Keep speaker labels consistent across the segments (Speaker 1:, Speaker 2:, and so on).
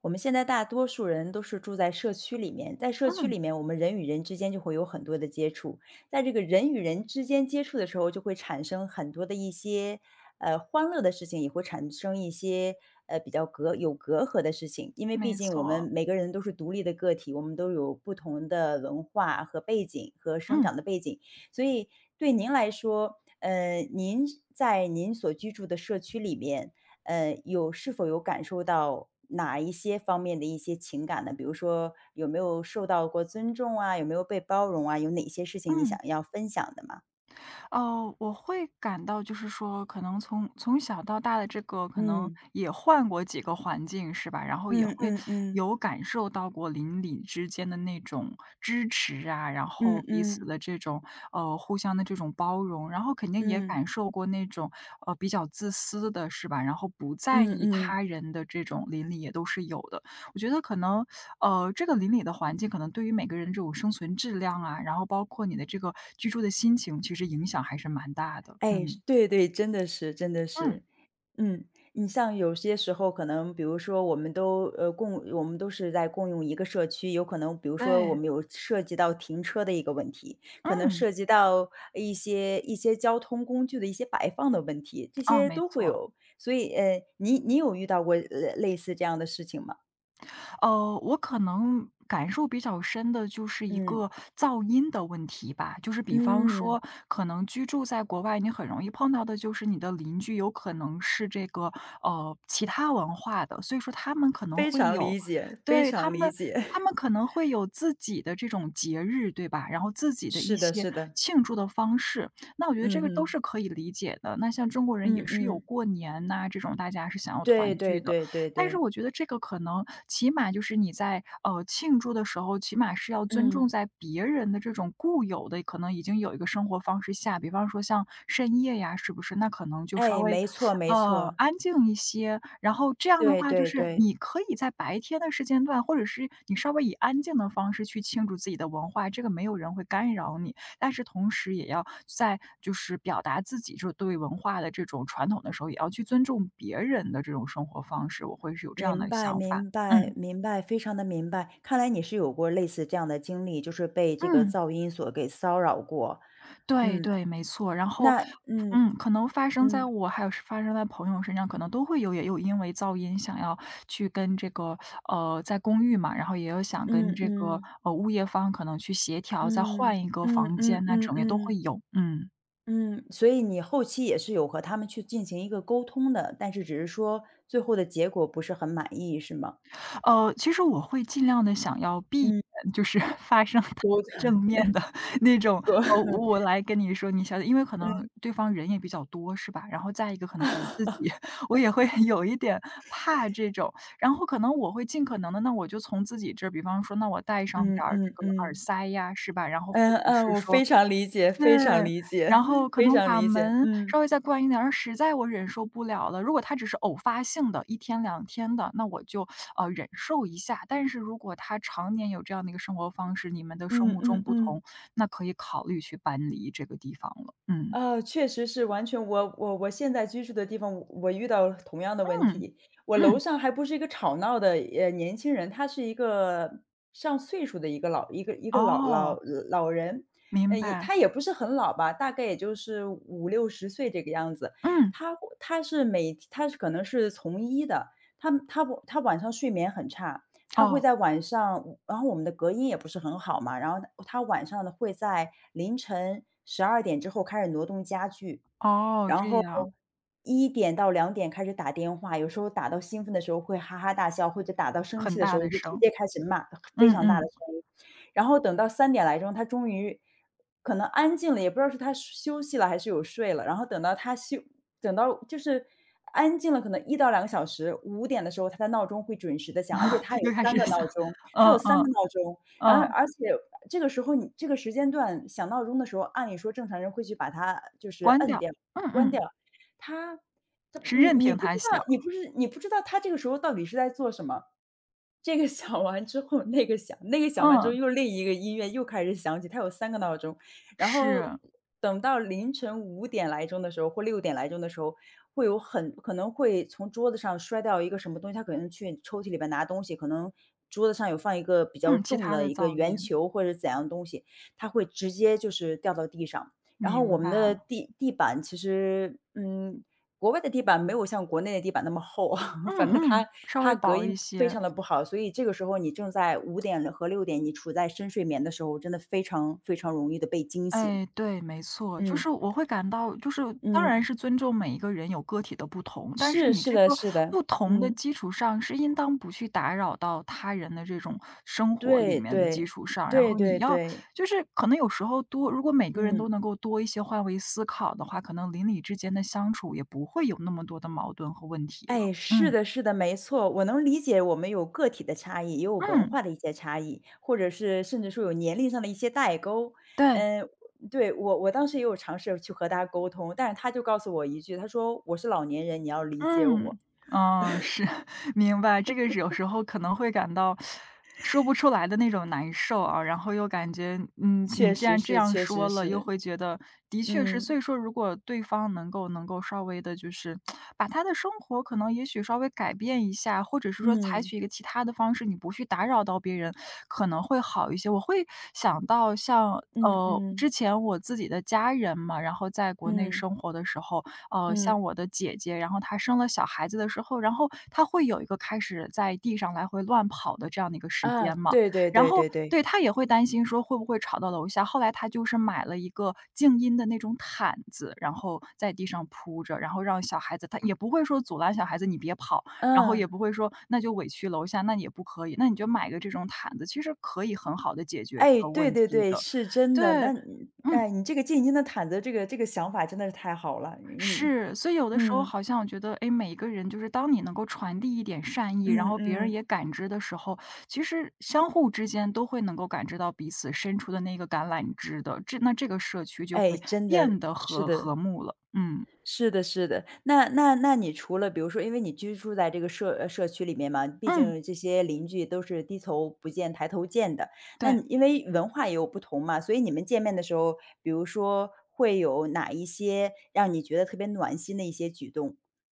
Speaker 1: 我们现在大多数人都是住在社区里面，在社区
Speaker 2: 嗯，
Speaker 1: 里面，我们人与人之间就会有很多的接触，在这个人与人之间接触的时候，就会产生很多的一些欢乐的事情，也会产生一些比较有隔阂的事情，因为毕
Speaker 2: 没
Speaker 1: 竟我们
Speaker 2: 错。
Speaker 1: 每个人都是独立的个体，我们都有不同的文化和背景和生
Speaker 2: 嗯
Speaker 1: 长的背景，所以对您来说，您在您所居住的社区里面。是否有感受到哪一些方面的一些情感呢？比如说有没有受到过尊重啊？有没有被包容啊？有哪些事情你想
Speaker 2: 嗯，
Speaker 1: 要分享的吗？
Speaker 2: 我会感到就是说，可能从小到大的这个，可能
Speaker 1: 嗯。
Speaker 2: 也换过几个环境，是吧？然后也
Speaker 1: 嗯
Speaker 2: 会
Speaker 1: 嗯嗯
Speaker 2: 有感受到过邻里之间的那种支持啊，然
Speaker 1: 嗯
Speaker 2: 后彼此
Speaker 1: 嗯
Speaker 2: 的这种互相的这种包容，然后肯定也
Speaker 1: 嗯
Speaker 2: 感受过那种比较自私的，是吧？然后不在
Speaker 1: 嗯
Speaker 2: 意
Speaker 1: 嗯，
Speaker 2: 他人的这种邻里也都是有的。我觉得可能这个邻里的环境可能对于每个人这种生存质量啊，然后包括你的这个居住的心情，其实影响还是蛮大的。
Speaker 1: 哎，
Speaker 2: 嗯，
Speaker 1: 对对，真的是真的
Speaker 2: 嗯，
Speaker 1: 是。嗯，你像有些时候可能，比如说我们都是在共用一个社区，有可能比如说我
Speaker 2: 对，
Speaker 1: 们有涉及到停车的一个问题，可能
Speaker 2: 嗯。
Speaker 1: 涉及到一些交通工具的一些摆放的问题，这
Speaker 2: 啊，
Speaker 1: 些
Speaker 2: 没
Speaker 1: 都会
Speaker 2: 错。
Speaker 1: 有。所以你有遇到过类似这样的事情吗？
Speaker 2: 我可能感受比较深的就是一
Speaker 1: 嗯
Speaker 2: 个噪音的问题吧。就是比方
Speaker 1: 嗯，
Speaker 2: 说，可能居住在国外，你很容易碰到的就是你的邻居有可能是这个其他文化的，所以说他们可能
Speaker 1: 非
Speaker 2: 会
Speaker 1: 常
Speaker 2: 有，
Speaker 1: 理解，非
Speaker 2: 对
Speaker 1: 常
Speaker 2: 他
Speaker 1: 理
Speaker 2: 们。
Speaker 1: 解，
Speaker 2: 他们可 能会有自己的这种节日，对吧？然后自己的一
Speaker 1: 是的，
Speaker 2: 些
Speaker 1: 是的，
Speaker 2: 庆祝的方式，那我觉得这
Speaker 1: 嗯
Speaker 2: 个都
Speaker 1: 哼，
Speaker 2: 是可以理解的。那像中国人
Speaker 1: 嗯
Speaker 2: 也是有
Speaker 1: 嗯，
Speaker 2: 过年呐、这种大家是想要
Speaker 1: 对
Speaker 2: 团
Speaker 1: 对
Speaker 2: 聚的，
Speaker 1: 对对
Speaker 2: 但是
Speaker 1: 对，
Speaker 2: 我觉得这个可能起码就是你在，庆祝的时候，起码是要尊
Speaker 1: 嗯，
Speaker 2: 重在别人的这种固有的可能已经有一个生活方式下。比方说像深夜呀，是不是？那可能就稍
Speaker 1: 哎，
Speaker 2: 微，
Speaker 1: 没错没错。
Speaker 2: 安静一些。然后这样的
Speaker 1: 对
Speaker 2: 话，就
Speaker 1: 对
Speaker 2: 是
Speaker 1: 对，
Speaker 2: 你可以在白天的时间段，或者是你稍微以安静的方式去庆祝自己的文化，这个没有人会干扰你。但是同时也要在就是表达自己就是对文化的这种传统的时候，也要去尊重别人的这种生活方式，我会是有这样
Speaker 1: 明
Speaker 2: 的
Speaker 1: 白
Speaker 2: 想法。
Speaker 1: 明白
Speaker 2: 嗯，
Speaker 1: 明白，非常的明白。看来你是有过类似这样的经历，就是被这个
Speaker 2: 嗯，
Speaker 1: 噪音所给骚扰过。
Speaker 2: 对
Speaker 1: 嗯，
Speaker 2: 对，没错。然后，
Speaker 1: 那嗯
Speaker 2: 嗯，可能发生在
Speaker 1: 嗯
Speaker 2: 我还有是发生在朋友身上，可能都会有。也有因为噪音想要去跟这个在公寓嘛，然后也有想跟
Speaker 1: 嗯
Speaker 2: 这个
Speaker 1: 嗯
Speaker 2: 物业方可能去协调，再换
Speaker 1: 嗯
Speaker 2: 一个
Speaker 1: 嗯
Speaker 2: 房
Speaker 1: 嗯
Speaker 2: 间那
Speaker 1: 嗯
Speaker 2: 种，也都
Speaker 1: 嗯
Speaker 2: 会有。嗯。
Speaker 1: 嗯，所以你后期也是有和他们去进行一个沟通的，但是只是说最后的结果不是很满意，是吗？
Speaker 2: 其实我会尽量的想要避
Speaker 1: 嗯，
Speaker 2: 免，就是 发生太
Speaker 1: 我 通
Speaker 2: 正面的 那种。我来跟你说，你想因为可能对方人也比较多，是吧？然后再一个可能我自己 我也会 有一点怕这种。然后可能我会尽可能的，那我就从自己这儿，比方说那我带 上
Speaker 1: 嗯
Speaker 2: 点
Speaker 1: 嗯
Speaker 2: 儿这
Speaker 1: 嗯
Speaker 2: 个耳
Speaker 1: 嗯。
Speaker 2: 塞呀，是吧？然后或
Speaker 1: 嗯
Speaker 2: 者
Speaker 1: 嗯，
Speaker 2: 是
Speaker 1: 我
Speaker 2: 说
Speaker 1: 非常理解，
Speaker 2: 对，
Speaker 1: 非常理解，
Speaker 2: 然后 可
Speaker 1: 非
Speaker 2: 能
Speaker 1: 常
Speaker 2: 把
Speaker 1: 理解。
Speaker 2: 门
Speaker 1: 嗯，
Speaker 2: 稍微再关一点。然后实在我忍受不了了，如果它只是偶发性的一天两天的，那我就，忍受一下。但是如果它常年有这样的一个生活方式，你们的
Speaker 1: 嗯
Speaker 2: 生物
Speaker 1: 嗯
Speaker 2: 钟不
Speaker 1: 嗯，
Speaker 2: 同，那可以考虑去搬离这个地方了。嗯，
Speaker 1: 啊，确实是完全我现在居住的地方，我遇到同样的问
Speaker 2: 嗯，
Speaker 1: 题。我楼
Speaker 2: 嗯，
Speaker 1: 上还不是一个吵闹的，年轻人，他是一个上岁数的一个
Speaker 2: 哦，
Speaker 1: 老人，呃，
Speaker 2: 明
Speaker 1: 也
Speaker 2: 白，
Speaker 1: 他也不是很老吧，大概也就是五六十岁这个样子。
Speaker 2: 嗯，
Speaker 1: 他可能是从医的，他晚上睡眠很差。他会
Speaker 2: 哦，
Speaker 1: 在晚上然后我们的隔音也不是很好嘛，然后他晚上呢会在凌晨12点之后开始挪动家具，
Speaker 2: 哦，
Speaker 1: 然
Speaker 2: 这
Speaker 1: 后
Speaker 2: 样，
Speaker 1: 1点到2点开始打电话，有时候打到兴奋的时候会哈哈大笑，或者打到生气
Speaker 2: 很
Speaker 1: 的时
Speaker 2: 大
Speaker 1: 候
Speaker 2: 的
Speaker 1: 就直
Speaker 2: 声，
Speaker 1: 接开始骂，非
Speaker 2: 嗯
Speaker 1: 常大的
Speaker 2: 嗯，
Speaker 1: 声音。然后等到3点来钟，他终于可能安静了，也不知道是他休息了还是有睡了，然后等到就是安静了可能1到2个小时五点的时候他的闹钟会准时的响，而且他 有
Speaker 2: 又开
Speaker 1: 三
Speaker 2: 始
Speaker 1: 个闹
Speaker 2: 想，
Speaker 1: 钟，他
Speaker 2: 嗯
Speaker 1: 有三个
Speaker 2: 嗯，
Speaker 1: 闹钟。然后
Speaker 2: 嗯，
Speaker 1: 而且这个时候你这个时间段响闹钟的时候，按理说正常人会去把它就是
Speaker 2: 关
Speaker 1: 摁
Speaker 2: 掉，
Speaker 1: 掉。
Speaker 2: 嗯
Speaker 1: 关
Speaker 2: 嗯，
Speaker 1: 掉。他他
Speaker 2: 是
Speaker 1: 嗯，
Speaker 2: 任凭它响，
Speaker 1: 你不知道他这个时候到底是在做什么。这个想完之后，那个想完之后
Speaker 2: 嗯。
Speaker 1: 又另一个音乐又开始响起，它有三个闹钟。然后
Speaker 2: 是，
Speaker 1: 等到凌晨5点来钟的时候或6点来钟的时候，很可能会从桌子上摔掉一个什么东西，他可能去抽屉里边拿东西，可能桌子上有放一个比较
Speaker 2: 嗯，其
Speaker 1: 重
Speaker 2: 他
Speaker 1: 的
Speaker 2: 的
Speaker 1: 一个
Speaker 2: 噪
Speaker 1: 圆
Speaker 2: 音，
Speaker 1: 球或者怎样的东西，它会直接就是掉到地上。然后我
Speaker 2: 明
Speaker 1: 们的
Speaker 2: 白。
Speaker 1: 地板其实，嗯，国外的地板没有像国内的地板那么厚。
Speaker 2: 嗯
Speaker 1: 反正
Speaker 2: 嗯，
Speaker 1: 它
Speaker 2: 稍微
Speaker 1: 隔
Speaker 2: 薄一
Speaker 1: 音非
Speaker 2: 些。
Speaker 1: 常的不好，所以这个时候你正在5点和6点，你处在深睡眠的时候，真的非常非常容易的被惊醒。
Speaker 2: 哎，对，没错，就
Speaker 1: 嗯，
Speaker 2: 是我会感到就是当然
Speaker 1: 嗯，
Speaker 2: 是尊重每一个人有个体的不同，但是
Speaker 1: 是，
Speaker 2: 你
Speaker 1: 是
Speaker 2: 这
Speaker 1: 的
Speaker 2: 个
Speaker 1: 是的，
Speaker 2: 不同的
Speaker 1: 嗯，
Speaker 2: 基础上，是应当不去打扰到他人的这种生活里
Speaker 1: 对
Speaker 2: 面的基
Speaker 1: 对，
Speaker 2: 础上，然
Speaker 1: 对
Speaker 2: 后你
Speaker 1: 对
Speaker 2: 要
Speaker 1: 对，
Speaker 2: 就是可能有时候多如果每个人
Speaker 1: 嗯。
Speaker 2: 都能够多一些换位思考的话，可能邻里之间的相处也不会有那么多的矛盾和问题
Speaker 1: 哎，
Speaker 2: 了。
Speaker 1: 是
Speaker 2: 嗯，
Speaker 1: 的，是的，没错，我能理解我们有个体的差异，也有文
Speaker 2: 嗯，
Speaker 1: 化的一些差异，或者是甚至说有年龄上的一些代沟。
Speaker 2: 对。
Speaker 1: 嗯，对，我当时也有尝试去和他沟通，但是他就告诉我一句，他说：“我是老年人，你要理解我。”
Speaker 2: 嗯，嗯，是，明白。这个是有时候可能会感到说不出来的那种难受啊，然后又感觉，嗯，你
Speaker 1: 确
Speaker 2: 既
Speaker 1: 实
Speaker 2: 然这
Speaker 1: 是，
Speaker 2: 样
Speaker 1: 确实
Speaker 2: 说了，又
Speaker 1: 是，
Speaker 2: 会觉得的确是。所
Speaker 1: 嗯，
Speaker 2: 以说如果对方能够能够稍微的就是把他的生活可能也许稍微改变一下，或者是说采
Speaker 1: 嗯，
Speaker 2: 取一个其他的方式，你不去打扰到别人，可能会好一些。我会想到像，
Speaker 1: 嗯嗯，
Speaker 2: 之前我自己的家人嘛，然后在国内
Speaker 1: 嗯，
Speaker 2: 生活的时候，像
Speaker 1: 嗯，
Speaker 2: 我的姐姐，然后她生了小孩子的时候，然后她会有一个开始在地上来回乱跑的这样的一个时
Speaker 1: 啊，
Speaker 2: 间嘛。
Speaker 1: 对对
Speaker 2: 然
Speaker 1: 对
Speaker 2: 后
Speaker 1: 对对，
Speaker 2: 对，她也会担心说会不会吵到楼下，后来她就是买了一个静音的那种毯子，然后在地上铺着，然后让小孩子她也不会说阻拦小孩子你别跑，然后也
Speaker 1: 嗯，
Speaker 2: 不会说那就委屈楼下，那你也不可以，那你就买个这种毯子，其实可以很好的解决这
Speaker 1: 哎，
Speaker 2: 个
Speaker 1: 对
Speaker 2: 问
Speaker 1: 对
Speaker 2: 题
Speaker 1: 对，
Speaker 2: 的。
Speaker 1: 是真的。
Speaker 2: 对，
Speaker 1: 那你
Speaker 2: 嗯。
Speaker 1: 哎，你这个进京的毯子，这个想法真的是太好了，你
Speaker 2: 是，所以有的时候
Speaker 1: 嗯，
Speaker 2: 好像我觉得，哎，每一个人就是当你能够传递一点善意，然
Speaker 1: 嗯
Speaker 2: 后别人
Speaker 1: 嗯，
Speaker 2: 也感知的时候，其实相互之间都会能够感知到彼此伸出的那个橄榄枝的，这那这个社区就
Speaker 1: 哎，
Speaker 2: 会
Speaker 1: 真的，
Speaker 2: 变得
Speaker 1: 是
Speaker 2: 和
Speaker 1: 的，
Speaker 2: 和睦了。嗯，
Speaker 1: 是的是的。那你除了比如说因为你居住在这个社区里面嘛，毕
Speaker 2: 嗯，
Speaker 1: 竟这些邻居都是低头不见抬头见的。那
Speaker 2: 对，
Speaker 1: 你因为文化也有不同嘛，所以你们见面的时候，比如说会有哪一些让你觉得特别暖心的一些举动？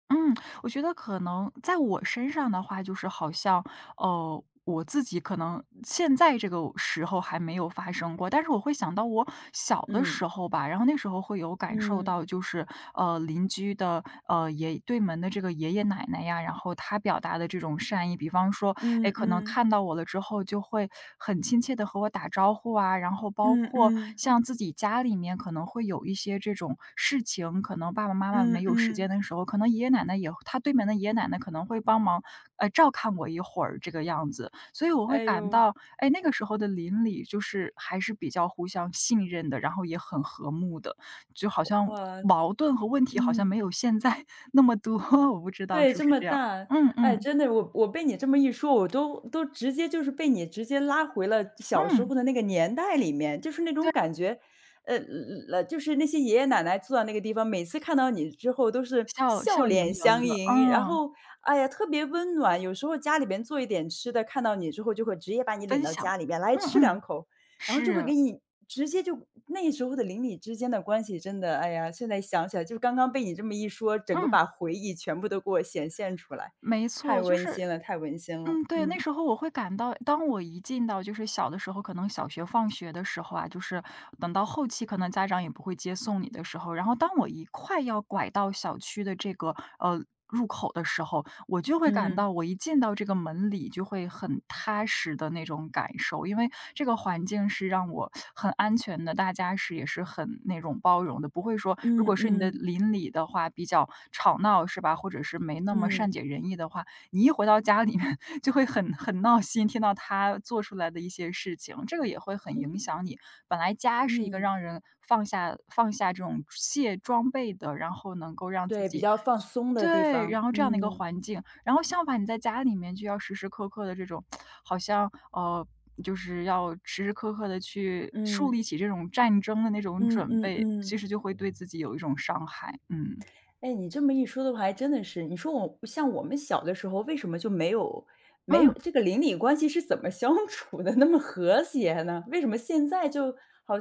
Speaker 2: 嗯，我觉得可能在我身上的话，就是好像哦，我自己可能现在这个时候还没有发生过，但是我会想到我小的
Speaker 1: 嗯，
Speaker 2: 时候吧。然后那时候会有感受
Speaker 1: 嗯，
Speaker 2: 到，就是邻居的对门的这个爷爷奶奶呀，然后他表达的这种善意。比方说，哎，
Speaker 1: 嗯
Speaker 2: 可能
Speaker 1: 嗯，
Speaker 2: 看到我了之后就会很亲切的和我打招呼啊。然后包
Speaker 1: 嗯
Speaker 2: 括
Speaker 1: 嗯，
Speaker 2: 像自己家里面可能会有一些这种事情，可能爸爸妈妈
Speaker 1: 嗯
Speaker 2: 没有时间
Speaker 1: 嗯，
Speaker 2: 的时候，可能爷爷奶奶也他对门的爷爷奶奶可能会帮忙。照看我一会儿这个样子。所以我会
Speaker 1: 哎
Speaker 2: 感
Speaker 1: 呦，
Speaker 2: 到，哎，那个时候的邻里就是还是比较互相信任的，然后也很和睦的，就好像
Speaker 1: 哇，
Speaker 2: 矛盾和问题好像
Speaker 1: 嗯。
Speaker 2: 没有现在 那么多，我不知道
Speaker 1: 对，
Speaker 2: 是不
Speaker 1: 这
Speaker 2: 是
Speaker 1: 么
Speaker 2: 这样。
Speaker 1: 大。
Speaker 2: 嗯
Speaker 1: 哎，
Speaker 2: 嗯
Speaker 1: 真的，我被你这么一说，我都直接就是被你直接拉回了小时
Speaker 2: 嗯，
Speaker 1: 候的那个年代里面，就是那种
Speaker 2: 对，
Speaker 1: 感觉，呃呃，就是那些爷爷奶奶坐在那个地方，每次看到你之后都是
Speaker 2: 笑
Speaker 1: 笑
Speaker 2: 笑盈
Speaker 1: 脸
Speaker 2: 盈
Speaker 1: 相
Speaker 2: 的，
Speaker 1: 迎，然
Speaker 2: 嗯，
Speaker 1: 后，哎呀，特别温暖。有时候家里边做一点吃的，看到你之后就会直接把你领
Speaker 2: 分
Speaker 1: 到
Speaker 2: 享，
Speaker 1: 家里边来
Speaker 2: 嗯
Speaker 1: 吃两
Speaker 2: 嗯，
Speaker 1: 口。然后就会
Speaker 2: 是，
Speaker 1: 给你直接就那时候的邻里之间的关系真的，哎呀，现在想起来就刚刚被你这么一说，整个
Speaker 2: 嗯，
Speaker 1: 把回忆全部都给我显现出来，
Speaker 2: 没
Speaker 1: 太
Speaker 2: 错，就
Speaker 1: 温馨
Speaker 2: 是
Speaker 1: 了，太温馨了。
Speaker 2: 嗯，对，那
Speaker 1: 嗯。
Speaker 2: 时候我会感到，当我一进到就是小的时候，可能小学放学的时候啊，就是等到后期可能家长也不会接送你的时候，然后当我一快要拐到小区的这个入口的时候，我就会感
Speaker 1: 嗯，
Speaker 2: 到我一进到这个门里就会很踏实的那种感受。因为这个环境是让我很安全的，大家是也是很那种包容的，不会说如
Speaker 1: 嗯
Speaker 2: 果是你的
Speaker 1: 嗯，
Speaker 2: 邻里的话比较吵闹是吧，或者是没那么善
Speaker 1: 嗯，
Speaker 2: 解人意的话，你一回到家里面 就会很闹心，听到他做出来的一些事情，这个也会很影响你。本来家是一个
Speaker 1: 嗯，
Speaker 2: 让人放下这种卸装备的，然后能够让自
Speaker 1: 对，比
Speaker 2: 己
Speaker 1: 较放松的地
Speaker 2: 对，
Speaker 1: 方，
Speaker 2: 然后这样的一个
Speaker 1: 嗯。
Speaker 2: 环境。然后相反你在家里面就要时时刻刻的这种好像，就是要时时刻刻的去树
Speaker 1: 嗯，
Speaker 2: 立起这种战争的那种
Speaker 1: 嗯
Speaker 2: 准
Speaker 1: 嗯
Speaker 2: 备，其
Speaker 1: 嗯。
Speaker 2: 实就会对自己有一种伤害。嗯。
Speaker 1: 哎，你这么一说的话还真的是，你说我像我们小的时候为什么就没有
Speaker 2: 嗯，
Speaker 1: 这个邻里关系是怎么相处的那么和谐呢？为什么现在就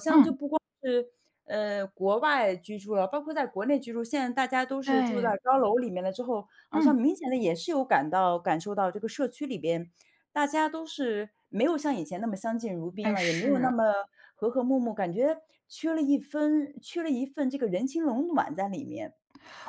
Speaker 2: 嗯，
Speaker 1: 是，国外居住了，包括在国内居住，现在大家都是住在
Speaker 2: 对，
Speaker 1: 高楼里面了之后，好像
Speaker 2: 嗯，
Speaker 1: 明显的也是有感到感受到这个社区里边，大家都是没有像以前那么相敬如宾
Speaker 2: 哎，
Speaker 1: 了，也没有那
Speaker 2: 是。
Speaker 1: 么和和睦睦，感觉缺了一份这个人情冷暖在里面。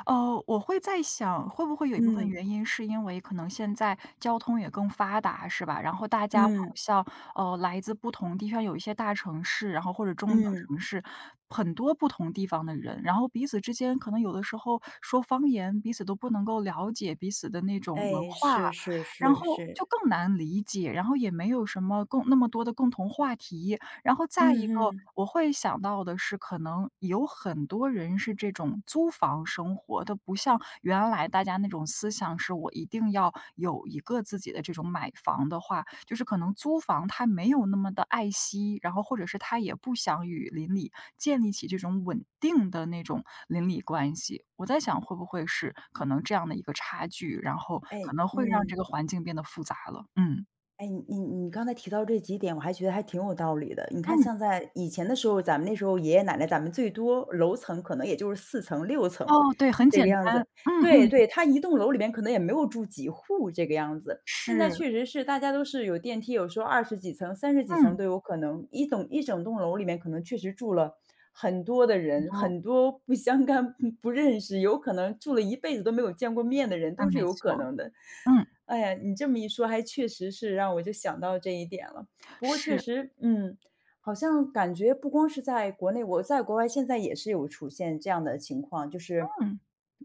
Speaker 2: 我会在想，会不会有一部分
Speaker 1: 嗯，
Speaker 2: 原因是因为可能现在交通也更发达，是吧？然后大家好
Speaker 1: 嗯，
Speaker 2: 像来自不同地方，有一些大城市，然后或者中等
Speaker 1: 嗯，
Speaker 2: 城市，很多不同地方的人，然后彼此之间可能有的时候说方言，彼此都不能够了解彼此的那种文
Speaker 1: 哎，
Speaker 2: 化，
Speaker 1: 是是
Speaker 2: 然
Speaker 1: 是
Speaker 2: 后就
Speaker 1: 是，
Speaker 2: 更难理解，然后也没有什么那么多的共同话题，然后再一
Speaker 1: 嗯
Speaker 2: 个
Speaker 1: 嗯，
Speaker 2: 我会想到的是，可能有很多人是这种租房生活，不像原来大家那种思想是我一定要有一个自己的这种买房的话，就是可能租房他没有那么的爱惜，然后或者是他也不想与邻里建立起这种稳定的那种邻里关系。我在想会不会是可能这样的一个差距，然后可
Speaker 1: 哎，
Speaker 2: 能会让这
Speaker 1: 嗯。
Speaker 2: 个环境变得复杂了。嗯，
Speaker 1: 哎，你刚才提到这几点，我还觉得还挺有道理的。你看，
Speaker 2: 嗯，
Speaker 1: 像在以前的时候，咱们那时候爷爷奶奶，咱们最多楼层可能也就是4层、6层
Speaker 2: 哦，对，很
Speaker 1: 这个
Speaker 2: 简
Speaker 1: 样子。
Speaker 2: 单，嗯
Speaker 1: 对
Speaker 2: 嗯，
Speaker 1: 对，他一栋楼里面可能也没有住几户这个样子。现在
Speaker 2: 是。
Speaker 1: 确实是大家都是有电梯，有时候20几层、30几层
Speaker 2: 嗯，
Speaker 1: 都有可能。一整栋楼里面可能确实住了很多的
Speaker 2: 很
Speaker 1: 人，
Speaker 2: 多，
Speaker 1: 很多不相干、不认识，有可能住了一辈子都没有见过面的人，都
Speaker 2: 嗯，
Speaker 1: 是
Speaker 2: 没
Speaker 1: 有可
Speaker 2: 错，
Speaker 1: 能的。
Speaker 2: 嗯，
Speaker 1: 哎呀，你这么一说还确实是让我就想到这一点了。不过确
Speaker 2: 是，
Speaker 1: 实，嗯，好像感觉不光是在国内，我在国外现在也是有出现这样的情况，就是
Speaker 2: 嗯，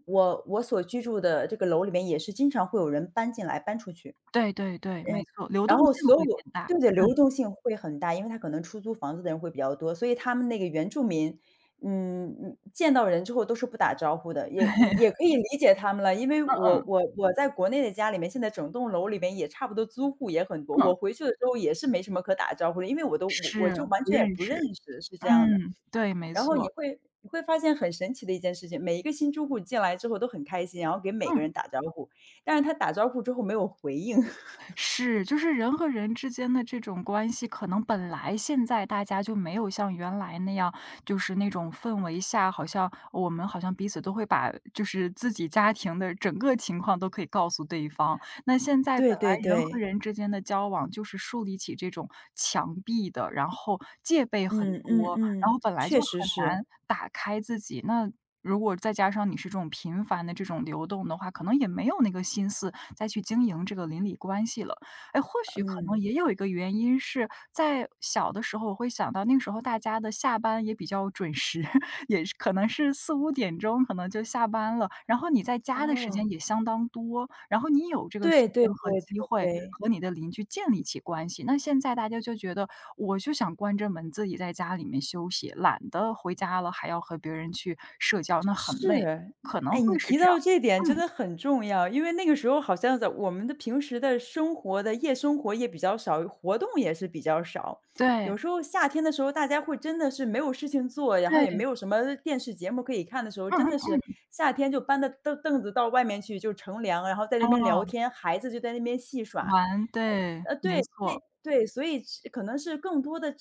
Speaker 1: 我所居住的这个楼里面也是经常会有人搬进来搬出去。
Speaker 2: 对对对，没错，流
Speaker 1: 然
Speaker 2: 动
Speaker 1: 后
Speaker 2: 性
Speaker 1: 所有
Speaker 2: 会变大，
Speaker 1: 对的
Speaker 2: 嗯，
Speaker 1: 流
Speaker 2: 对，
Speaker 1: 动性会很大，因为他可能出租房子的人会比较多，所以他们那个原住民，嗯嗯，见到人之后都是不打招呼的，也 可以理解他们了。因为
Speaker 2: 嗯
Speaker 1: 我
Speaker 2: 嗯，
Speaker 1: 我我在国内的家里面，现在整栋楼里面也差不多租户也很多，我
Speaker 2: 嗯，
Speaker 1: 回去的时候也是没什么可打招呼的，因为我都我我
Speaker 2: 是，
Speaker 1: 就完
Speaker 2: 不
Speaker 1: 全也
Speaker 2: 认
Speaker 1: 不认
Speaker 2: 识，
Speaker 1: 识，是这样的。
Speaker 2: 嗯，对，没
Speaker 1: 然后你
Speaker 2: 错，
Speaker 1: 会你会发现很神奇的一件事情，每一个新住户进来之后都很开心，然后给每个
Speaker 2: 嗯。
Speaker 1: 人打招呼，但是他打招呼之后没有回应。
Speaker 2: 是，就是人和人之间的这种关系，可能本来现在大家就没有像原来那样，就是那种氛围下，好像我们好像彼此都会把就是自己家庭的整个情况都可以告诉对方。那现在
Speaker 1: 对
Speaker 2: 本来
Speaker 1: 对
Speaker 2: 人和
Speaker 1: 对。
Speaker 2: 人之间的交往，就是树立起这种墙壁的，然后戒备很
Speaker 1: 嗯嗯
Speaker 2: 多，然
Speaker 1: 嗯，
Speaker 2: 后本来就
Speaker 1: 确
Speaker 2: 很
Speaker 1: 实
Speaker 2: 难
Speaker 1: 是，
Speaker 2: 打开自己。那如果再加上你是这种频繁的这种流动的话，可能也没有那个心思再去经营这个邻里关系了。哎，或许可能
Speaker 1: 嗯，
Speaker 2: 也有一个原因是在小的时候，我会想到那个时候大家的下班也比较准时，也是可能是四五点钟可能就下班了，然后你在家的时
Speaker 1: 哦，
Speaker 2: 间也相当多，然后你有这个时
Speaker 1: 对对
Speaker 2: 间和
Speaker 1: 对
Speaker 2: 机
Speaker 1: 对
Speaker 2: 会
Speaker 1: 对，
Speaker 2: 和你的邻居建立起关系。那现在大家就觉得我就想关着门自己在家里面休息，懒得回家了还要和别人去社交，那很累，
Speaker 1: 是。
Speaker 2: 可能
Speaker 1: 哎，你
Speaker 2: 会是
Speaker 1: 提
Speaker 2: 这样。
Speaker 1: 到这点真
Speaker 2: 嗯，
Speaker 1: 的很重要，因为那个时候好像在我们的平时的生活的夜生活也比较少，活动也是比较少。有
Speaker 2: 对，
Speaker 1: 时候夏天的时候，大家会真的是没有事情做，然后
Speaker 2: 对，
Speaker 1: 也没有什么电视节目可以看的时候，
Speaker 2: 嗯
Speaker 1: 真的
Speaker 2: 嗯。
Speaker 1: 是夏天就搬着凳子到外面去就乘凉，然后在那边聊
Speaker 2: 哦，
Speaker 1: 天，孩子就在那边戏耍。
Speaker 2: 玩，对，
Speaker 1: 对，
Speaker 2: 没
Speaker 1: 那
Speaker 2: 错，
Speaker 1: 对，所以是可能是更多的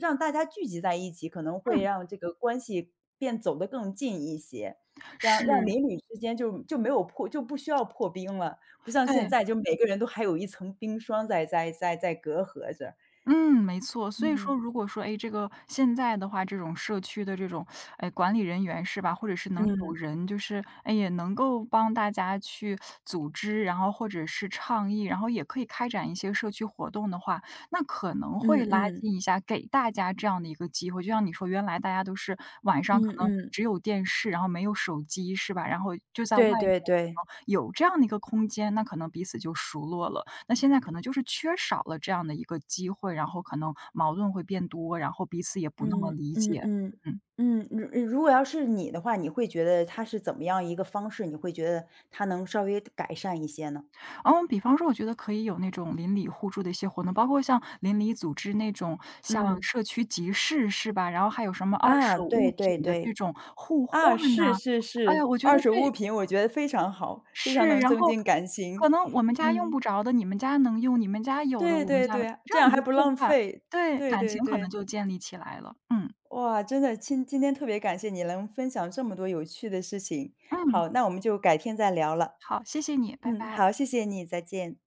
Speaker 1: 让大家聚集在一起，可能会
Speaker 2: 嗯，
Speaker 1: 让这个关系走得更近一些，这样让
Speaker 2: 是，
Speaker 1: 邻里之间就不需要破冰了，不像现
Speaker 2: 对。
Speaker 1: 在就每个人都还有一层冰霜在隔阂着。
Speaker 2: 嗯，没错。所以说
Speaker 1: 嗯。
Speaker 2: 如果说，哎，这个现在的话，这种社区的这种，哎，管理人员是吧，或者是能有
Speaker 1: 嗯，
Speaker 2: 人就是，哎，也能够帮大家去组织，然后或者是倡议，然后也可以开展一些社区活动的话，那可能会
Speaker 1: 嗯
Speaker 2: 拉
Speaker 1: 嗯，
Speaker 2: 近一下，给大家这样的一个机会。就像你说，原来大家都是晚上可
Speaker 1: 嗯
Speaker 2: 能
Speaker 1: 嗯，
Speaker 2: 只有电视，然后没有手机，是吧？然后就在外
Speaker 1: 对
Speaker 2: 面
Speaker 1: 对
Speaker 2: 可
Speaker 1: 对，
Speaker 2: 能有这样的一个空间，那可能彼此就熟络了。那现在可能就是缺少了这样的一个机会，然后可能矛盾会变多，然后彼此也不那么
Speaker 1: 嗯
Speaker 2: 理
Speaker 1: 嗯
Speaker 2: 解。
Speaker 1: 嗯，
Speaker 2: 嗯，
Speaker 1: 嗯，如果要是你的话，你会觉得它是怎么样一个方式，你会觉得它能稍微改善一些呢？
Speaker 2: 嗯，比方说我觉得可以有那种邻里互助的一些活动，包括像邻里组织那种像
Speaker 1: 嗯。
Speaker 2: 社区集市是吧？然后还有什么二
Speaker 1: 啊，
Speaker 2: 手物
Speaker 1: 对对
Speaker 2: 品的这
Speaker 1: 对，
Speaker 2: 种互换
Speaker 1: 啊，
Speaker 2: 呐、
Speaker 1: 是是
Speaker 2: 哎呀，
Speaker 1: 是，
Speaker 2: 我觉得
Speaker 1: 二手物
Speaker 2: 这
Speaker 1: 品我觉得非常好，非常
Speaker 2: 是，
Speaker 1: 能
Speaker 2: 然
Speaker 1: 增
Speaker 2: 后
Speaker 1: 进感情。
Speaker 2: 可能我们家用
Speaker 1: 嗯，
Speaker 2: 不着的，你们家能用，你们家有的，
Speaker 1: 对
Speaker 2: 我们
Speaker 1: 对
Speaker 2: 家没
Speaker 1: 对啊，
Speaker 2: 这
Speaker 1: 这
Speaker 2: 样
Speaker 1: 样还
Speaker 2: 一
Speaker 1: 不
Speaker 2: 互
Speaker 1: 浪
Speaker 2: 换，
Speaker 1: 费。
Speaker 2: 对，
Speaker 1: 对
Speaker 2: 感
Speaker 1: 对
Speaker 2: 情可能
Speaker 1: 对，
Speaker 2: 就建立起来了。嗯
Speaker 1: 哇，真的，今天特别感谢你能分享这么多有趣的事情。
Speaker 2: 嗯，
Speaker 1: 好，那我们就改天再聊了。
Speaker 2: 好，谢谢你，拜
Speaker 1: 嗯，
Speaker 2: 拜。
Speaker 1: 好，谢谢你，再见。